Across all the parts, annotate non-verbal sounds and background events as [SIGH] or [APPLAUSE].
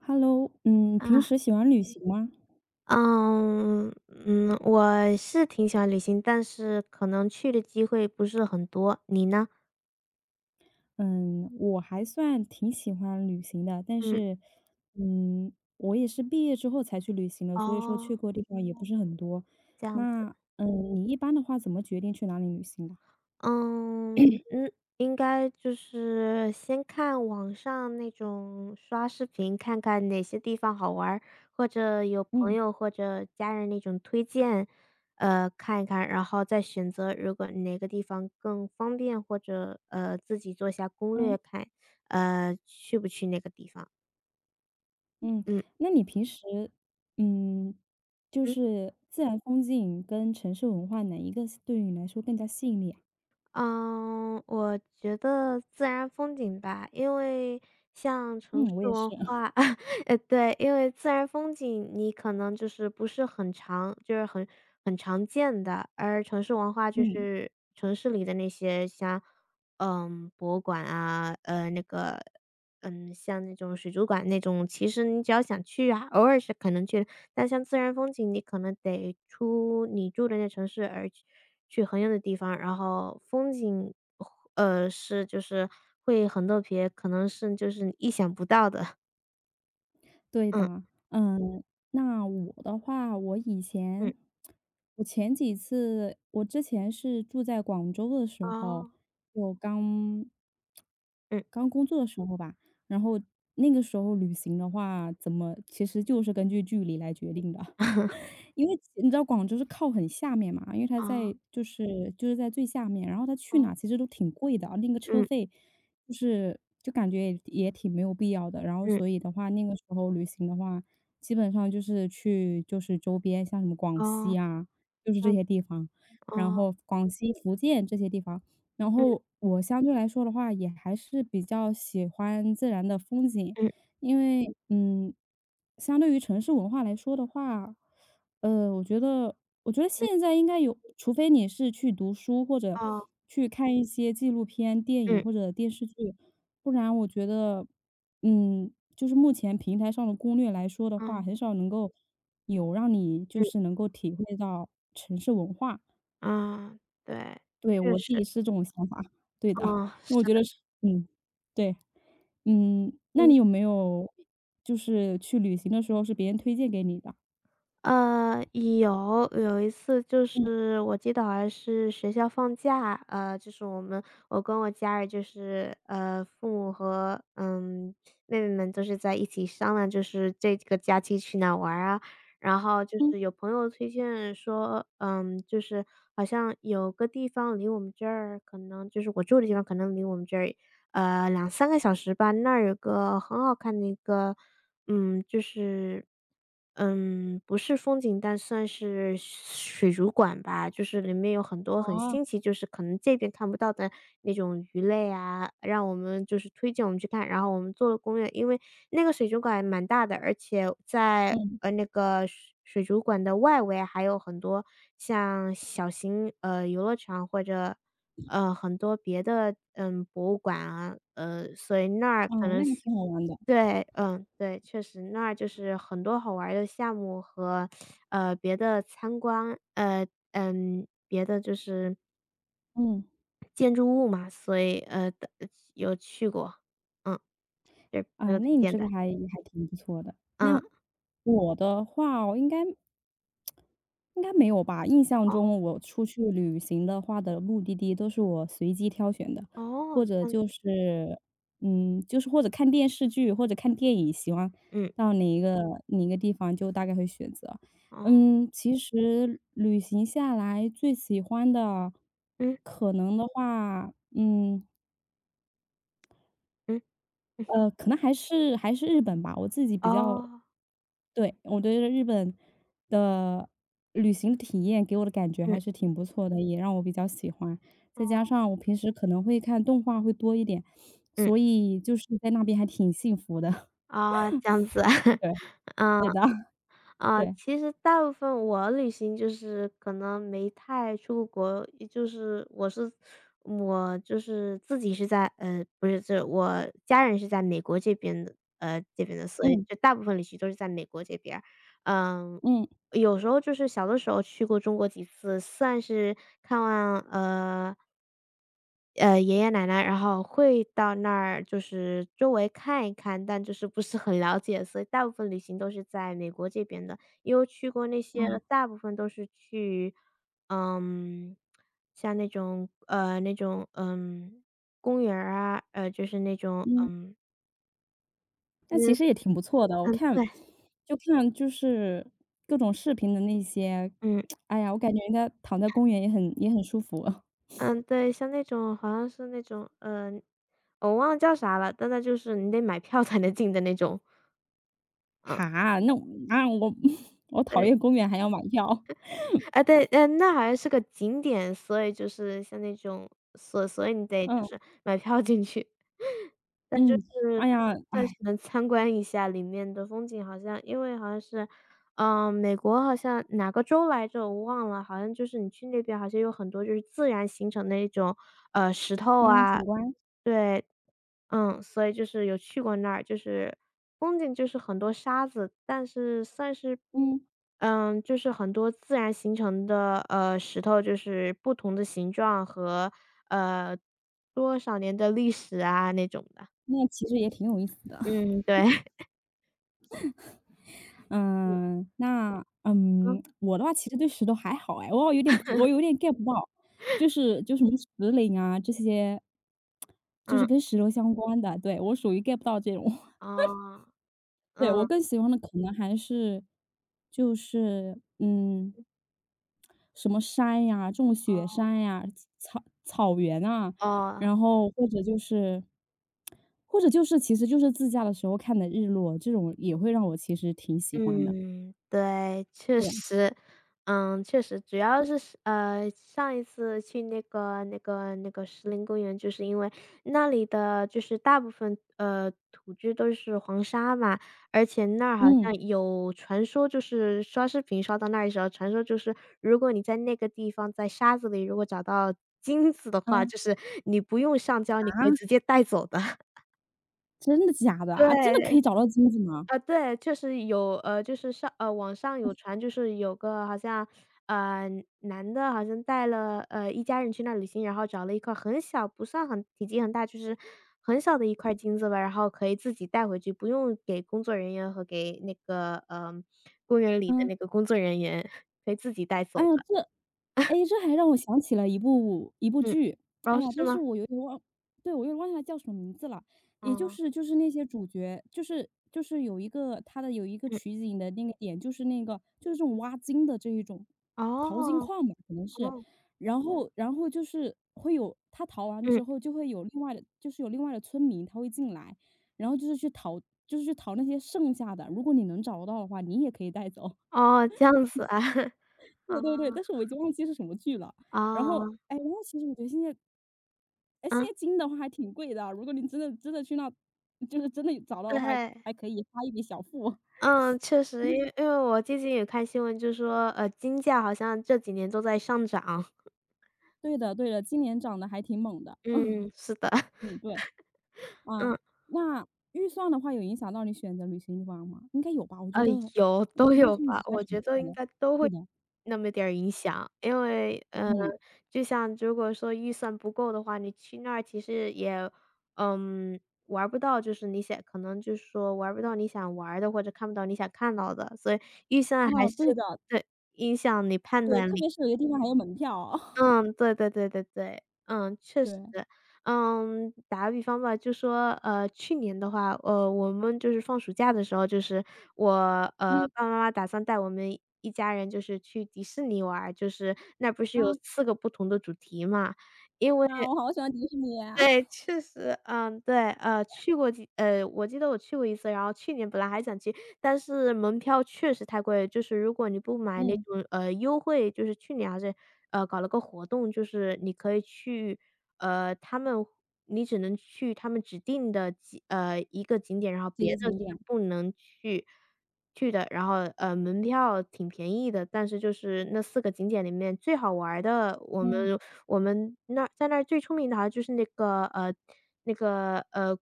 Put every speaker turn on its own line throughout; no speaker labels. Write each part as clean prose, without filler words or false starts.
Hello,平
啊，
时喜欢旅行吗？
嗯，我是挺喜欢旅行，但是可能去的机会不是很多，你呢？
嗯，我还算挺喜欢旅行的，但
嗯。
是，嗯，我也是毕业之后才去旅行的，所以说去
哦。
过地方也不是很多。
这样子。
那，你一般的话怎么决定去哪里旅行的？
嗯，嗯，应该就是先看网上那种刷视频，看看哪些地方好玩儿，或者有朋
嗯。
友或者家人那种推荐，看一看，然后再选择如果哪个地方更方便，或者，自己做一下攻略
嗯，
看，去不去那个地方。
嗯，
嗯。
那你平时，嗯，就
嗯。
是自然风景跟城市文化哪一个是对于你来说更加吸引力？啊？
嗯，我觉得自然风景吧，因为像城
嗯，我
市
也是，
文
[LAUGHS]
化， [LAUGHS] 对，因为自然风景你可能就是不是很常就是很常见的，而城市文化就
嗯。
是城市里的那些像，嗯，博物馆啊，像那种水族馆那种，其实你只要想去啊，偶尔是可能去。但像自然风景，你可能得出你住的那城市，而去很远的地方，然后风景，是就是会很特别，可能是就是你意想不到的。
对
嗯。
的，嗯，那我的话，我以
嗯。
前，我前几次，我之前是住在广州的时候，
哦。
我刚
嗯。
刚工作的时候吧，然后那个时候旅行的话，怎么其实就是根据距离来决定的。因为你知道广州是靠很下面嘛，因为它
啊。
在就是在最下面，然后它去
哦。
哪其实都挺贵的，啊，那个车
嗯。
费就感觉也挺没有必要的。然后
嗯。
所以的话，那个时候旅行的话，基本上就是去周边，像什么广
啊。
西啊，就是这
嗯。
些地方，然
哦。
后广西、福建这些地方。然
嗯。
后我相对来说的话，也还是比较喜欢自然的风景，
嗯。
因为嗯，相对于城市文化来说的话。呃，我觉得
嗯。
现在应该有除非你是去读书，或者
哦。啊。
去看一些纪录片、电影
嗯，
或者电视剧，不然我觉得，嗯，就是目前平台上的攻略来说的话，
嗯。
很少能够有让你就
嗯。
是能够体会到城市文化。
啊，对，
对，
确
我自己
实，
是这种想法，对的，
嗯，
因为我
是
觉得
的。
是嗯，对，嗯，那
嗯。
你有没有就是去旅行的时候是别人推荐给你的？
有，有一次就
嗯
是我记得好像是学校放假，就是我跟我家人就是父母和妹妹们都是在一起商量，就是这个假期去哪玩儿啊。然后就
嗯，
是有朋友推荐说，嗯，就是好像有个地方离我们这儿，可能就是我住的地方，可能离我们这儿两三个小时吧，那儿有个很好看的一个，嗯，就是不是风景，但算是水族馆吧，就是里面有很多
好
很
啊，
新奇，就是可能这边看不到的那种鱼类啊，让我们就是推荐我们去看，然后我们做了攻略。因为那个水族馆蛮大的，而且在，
嗯。
那个水族馆的外围啊还有很多像小型，游乐场或者，很多别的，嗯，博物馆啊，所以那儿可
哦，那
能
还
是。
挺好玩的。
对，嗯，对，确实那儿就是很多好玩儿的项目和，别的参观，别的就是
嗯，
建筑物嘛，所以，有去过，嗯，对，朋
啊，
友推
那你
荐
这
的。
个还挺不错的。
嗯。
那我的话我应该没有吧？印象
哦。
中我出去旅行的话的目的地都是我随机挑选的，或
哦，
者
这样。
就是嗯，就是或者看电视剧或者看电影，喜欢
嗯。
到哪一个地方就大概会选择。
哦。
嗯，其实旅行下来最喜欢的，
嗯。
可能的话，嗯。
嗯。
呃，可能还是日本吧，我自己比较
哦。
对，我觉得日本的旅行体验给我的感觉还
嗯。
是挺不错的，也让我比较喜欢。
哦。
再加上我平时可能会看动画会多一点，
嗯。
所以就是在那边还挺幸福的。[LAUGHS]
啊，这样子啊。[LAUGHS]
对，
嗯。
对的，[LAUGHS]
啊，
对，
其实大部分我旅行就是可能没太出过国，也就是我是我就是自己是在呃，不是，这我家人是在美国这边的这边的，所以
嗯，
就大部分旅行都是在美国这边儿。嗯。
嗯，
有时候就是小的时候去过中国几次，算是看望爷爷奶奶，然后会到那儿就是周围看一看，但就是不是很了解，所以大部分旅行都是在美国这边的。因为去过那些
嗯
大部分都是去，嗯，像那种公园儿啊，就是那种，
嗯，
嗯。
那其
嗯。
实也挺不错的，我
嗯。
看
对。
就看就是各种视频的那些，
嗯。
[TSK] 哎呀，我感觉人家躺在公园也很舒服。
嗯。对，像那种好像是那种，我忘了叫啥了，但那就是你得买票才能进的那种。嗯。
哈，那我啊，我 [LAUGHS] 我讨
对。
厌公园还要买票。
啊，对，嗯，那好像是个景点，所以就是像那种所以你得就
嗯，
是买票进去。[LAUGHS] 但是
嗯，哎呀，
算
哎，
是能参观一下里面的风景，好像因为好像是，嗯，美国好像哪个州来着我忘了，好像就是你去那边好像有很多就是自然形成的一种，石头。
嗯，景观，
对。嗯，所以就是有去过那儿，就是风景就是很多沙子，但是算是
嗯，
嗯，就是很多自然形成的，石头，就是不同的形状和，呃，多少年的历史啊那种的。
那其实也挺有意思的。
嗯，对。
[LAUGHS]
[LAUGHS]
嗯，那，
嗯。
嗯，我的话其实对石头还好哎，我有点 get 不到，就是就什么石林啊这些，就是
嗯。
跟石头相关的，对，我属于 get 不到这种。
哦。
对，我
嗯。
更喜欢的可能还是就是，嗯，什么山呀，这种雪山
哦。
呀、草原啊，
哦。
然后或者就是，其实就是自驾的时候看的日落，这种也会让我其实挺喜欢的。
嗯，对，确实。嗯，确实，主要是是上一次去那个石林公园，就是因为那里的就是大部分土质都是黄沙嘛，而且那儿好
嗯，
像有传说，就是刷视频刷到那儿的时候，传说就是如果你在那个地方在沙子里如果找到金子的话，
啊，
就是你不用上交，你
啊，
可以直接带走的。[LAUGHS]
真的假的啊？真的可
对。
以找到金子吗？
啊，对，就是有，就是网上有传，就是有个好像，呃，男的好像带了，一家人去那旅行，然后找了一块很小，不算很体积很大，就是很小的一块金子吧，然后可以自己带回去，不用给工作人员和给那个，公园里的
嗯，
那个工作人员，可以自己带
哎
走
呀，
的。
这诶，这还让我想起了一部
嗯。
剧，哎
哦，
呀，
是
但是
吗？
我有点忘对，我有点忘记它叫什么名字了。也就
哦。
是那些主角，就是有一个他的有一个
嗯。
取景的那个点，就是那个就是这种挖金的这一种淘金
哦。
矿吧，可能是。
哦。
然后就是会有他淘完
嗯。
之后就会有另外的就是有另外的村民他会进来，然后就是去淘就是去淘那些剩下的，如果你能找到的话，你也可以带走。
哦，这样子啊。[LAUGHS] 啊。
对对对，但是我已经忘记是什么剧了。然后，
啊。
哎，然后其实我觉得现在哎，现在
啊，
金的话还挺贵的啊，如果你真的去那就是真的找到的话，
对。
还可以花一笔小付。[LAUGHS]
嗯，确实，因为因为我最近也看新闻，就说，金价好像这几年都在上涨。
对的，今年涨得还挺猛的。
嗯，是的。[LAUGHS]
嗯，对，啊，
嗯，
那预算的话有影响到你选择旅行地方吗？应该有吧，我觉
呃，
得
有，都
预
有
算其
吧，
实还
我
挺
觉
重
得
要
应
的。
该都
对
会
的，
那么点儿影响。因为，
嗯，
就像如果说预算不够的话，你去那儿其实也，嗯，玩儿不到，就是你想可能就是说玩儿不到你想玩儿的，或者看不到你想看到的，所以预算还
哦，对
是。
的，
对，影响你判
对，
断
特
力。
别是有些地方还有门票啊。[LAUGHS]
嗯，对对对对对，嗯，确实。
对，
嗯，打个比方吧，就说，去年的话，我们就是放暑假的时候，就是我，
嗯，
爸爸妈妈打算带我们一家人就是去迪士尼玩，就是那不是
啊，
有四个不同的主题嘛，
啊，我好喜欢迪士尼啊。
对，
[LAUGHS]
确实，嗯，对，去过我记得我去过一次，然后去年本来还想去，但是门票确实太贵，就是如果你不买那
嗯，
种，优惠，就是去年还是，搞了个活动，就是你可以去，他们你只能去他们指定的一个景点，然后
几
别
个
的
景点。
是不能去的，然后，门票挺便宜的，但是就是那四个景点里面最好玩儿的，我们
嗯，
我们那儿在那儿最出名的好像就是那个，那个，呃，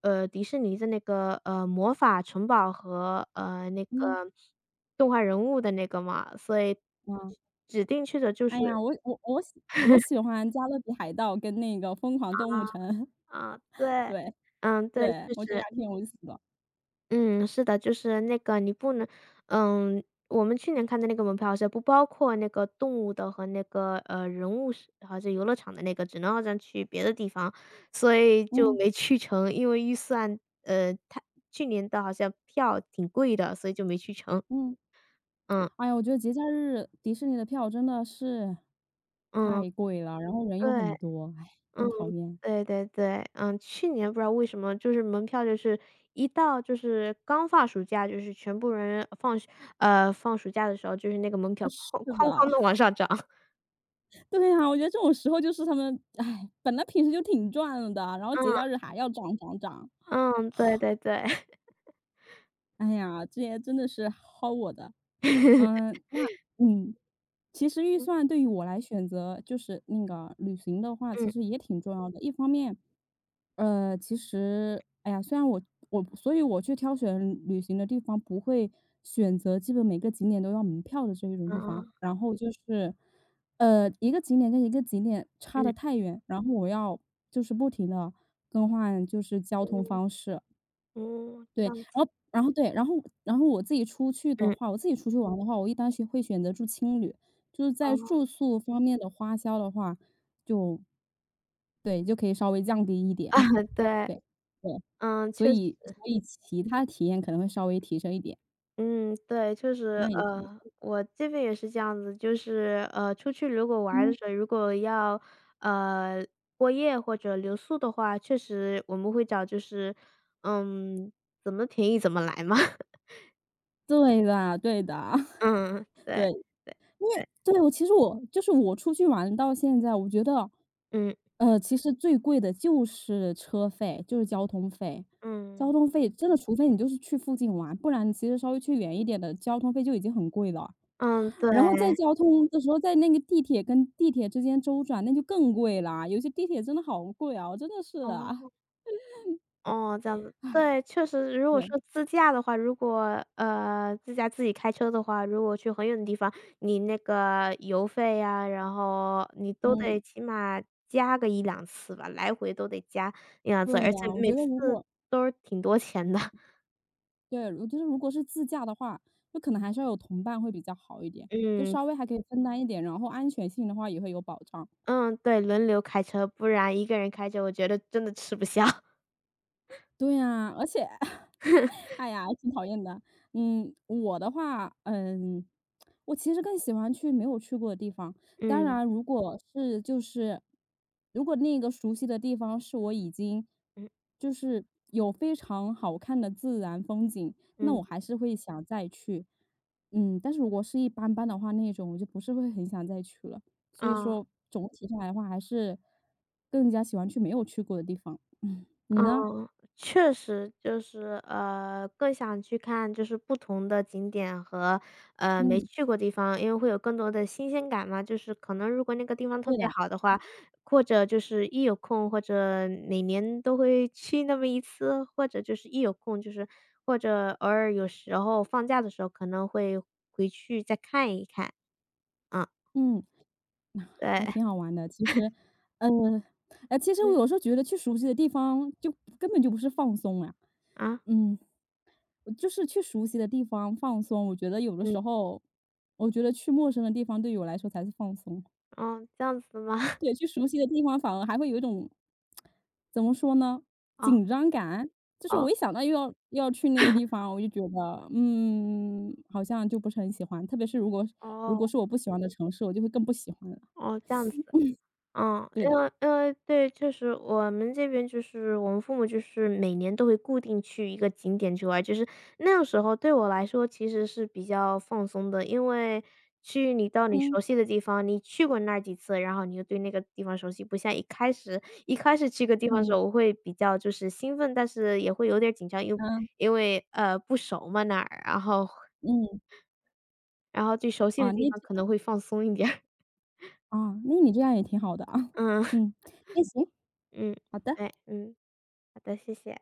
迪士尼的那个，魔法城堡和，那
嗯，
个动画人物的那个嘛，所以
啊，
指定去的就
哎呀，
是。
我喜
[LAUGHS]
欢《加勒比海盗》跟那个《疯狂动物城》，
啊，
[LAUGHS]
对，
对，
嗯，对，
对，
确
我觉得
实。
还挺有意思的。
嗯，是的，就是那个你不能嗯，我们去年看的那个门票好像不包括那个动物的和那个，人物是还是游乐场的那个，只能好像去别的地方，所以就
嗯，
没去成，因为预算呃，他去年的好像票挺贵的，所以就没去成。
嗯，
嗯。
哎呀，我觉得节假日迪士尼的票真的是
嗯，
太贵了，然后人又
对。
很多，哎，
嗯。
真讨厌。
对对对，嗯，去年不知道为什么，就是门票就是一到就是刚放暑假，就是全部人放暑呃，放暑假的时候，就是那个门
呃，
票
是
哐哐哐的
的，
往上涨。[LAUGHS]
[LAUGHS] 对呀，我觉得这种时候就是他们，哎，本来平时就挺赚了的，然后节假日还要涨涨涨。
嗯。嗯，对对对。
哎呀，这些真的是薅我的。嗯，
[LAUGHS]
那嗯，其实预
嗯。
算对于我来选择，就是那个旅行的话，其
嗯。
实也挺重要的。一方面，呃，其实，哎呀，虽然我所以我去挑选旅行的地方，不会选择基本每个景点都要门票的这一种地方。
嗯
然后就是，呃，一个景点跟一个景点差得
嗯。
太远，然后我要就是不停的更换就是交通
嗯
方式，
嗯。哦，这
对，
样子。
然后对,然后我自己出去的
嗯。
话，我自己出去玩的话，我一般是会选择住青旅，就是在
哦。 [LAUGHS]
住宿方面的花销的话，就对，就可以稍微降低一
啊，
点，[LAUGHS]
对，
对，对，
嗯，
所
确实。
以所以其他体验可能会稍微提升一点，
嗯，对，确实，
那也是，
我这边也是这样子，就是出去如果玩的
嗯，
时候，如果要呃过夜或者留宿的话，确实我们会找就是，嗯，怎么便宜怎么来嘛。[LAUGHS]
对的，
嗯，
[LAUGHS]
对
对。
对对。
对，我其实我就是我出去玩到现在，我觉得，
嗯
呃，其实最贵的就是车费，就是交通费。交
嗯
通费真的，除非你就是去附近玩，不然你其实稍微去远一点的，交通费就已经很贵了。
嗯。对。
然后在交通的时候，在那个地铁跟地铁之间周转，那就更贵啦。有些地铁真的好贵啊，我真的是啊，
哦。哦，这样子，对，确实，如果
对，
说自驾的话，如果自驾自己开车的话，如果去很远的地方，你那个油费呀、然后你都得
嗯，
起码加个一两次吧，来回都得加一两次，
对
而
的
且
啊，我
每
觉得
次
如果
都是挺多钱的。[LAUGHS]
对，我觉得如果是自驾的话，就可能还是要有同伴会比较好一点，就
嗯
稍微还可以分担一点，然后安全性的话也会有保障。
嗯，对，轮流开车，不然一个人开车，我觉得真的吃不消。[LAUGHS]
对呀，而且 [LAUGHS] 哎呀，挺讨厌的。嗯，我的话，嗯，我其实更喜欢去没有去过的地方。当
嗯
然，如果是就是如果那个熟悉的地方是我已经
嗯
就是有非常好看的自然风景，那我
嗯。
还是会想再去。嗯，但是如果是一般般的话，那种我就不是会很想再去了。所以
啊。
说，总体上来的话，还是更加喜欢去没有去过的地方。你呢？
嗯，确实就是，更想去看就是不同的景点和，没
嗯，
去过地方，因为会有更多的新鲜感嘛。就是可能如果那个地方特
对
别
的，
好的话，或者就是一有空，或者每年都会去那么一次，或者就是一有空，就是或者偶尔有时候放假的时候可能会回去再看一看。嗯，
嗯。
对。
还挺好玩的。其实，嗯，呃，其实我
嗯。
有时候觉得去熟悉的地方就根本就不是放松呀，
啊。
嗯，就是去熟悉的地方放松。我觉得有的
嗯。
时候，我觉得去陌生的地方对于我来说才是放松。
哦，这样子吗？[LAUGHS]
对，去熟悉的地方反而还会有一种怎么说呢，
哦。
紧张感。就是
哦。
我一想到又要去那个地方，我就觉得，嗯，好像就不是很喜欢。特别是如果
哦。
是我不喜欢的城市，我就会更不喜欢了。
哦，这样子。嗯，
对
因
的，
为因为对，确实我们这边就是我们父母就是每年都会固定去一个景点去玩，就是那个时候对我来说其实是比较放松的，因为去你到你熟
嗯
悉的地方，你去过那儿几次，然后你就对那个地方熟悉，不像一开始去一个地方的时
嗯
候，我会比较就是兴奋，但是也会有点紧张，因为
啊
因为不熟嘛那儿，然后
嗯。
然后对熟悉
啊，
的地
那
方
这
可能会放松一点儿。 [LAUGHS]
啊，那你这样也挺好的啊。[LAUGHS]
嗯
嗯，那行，
嗯，
好的。
对，嗯，好的，谢谢。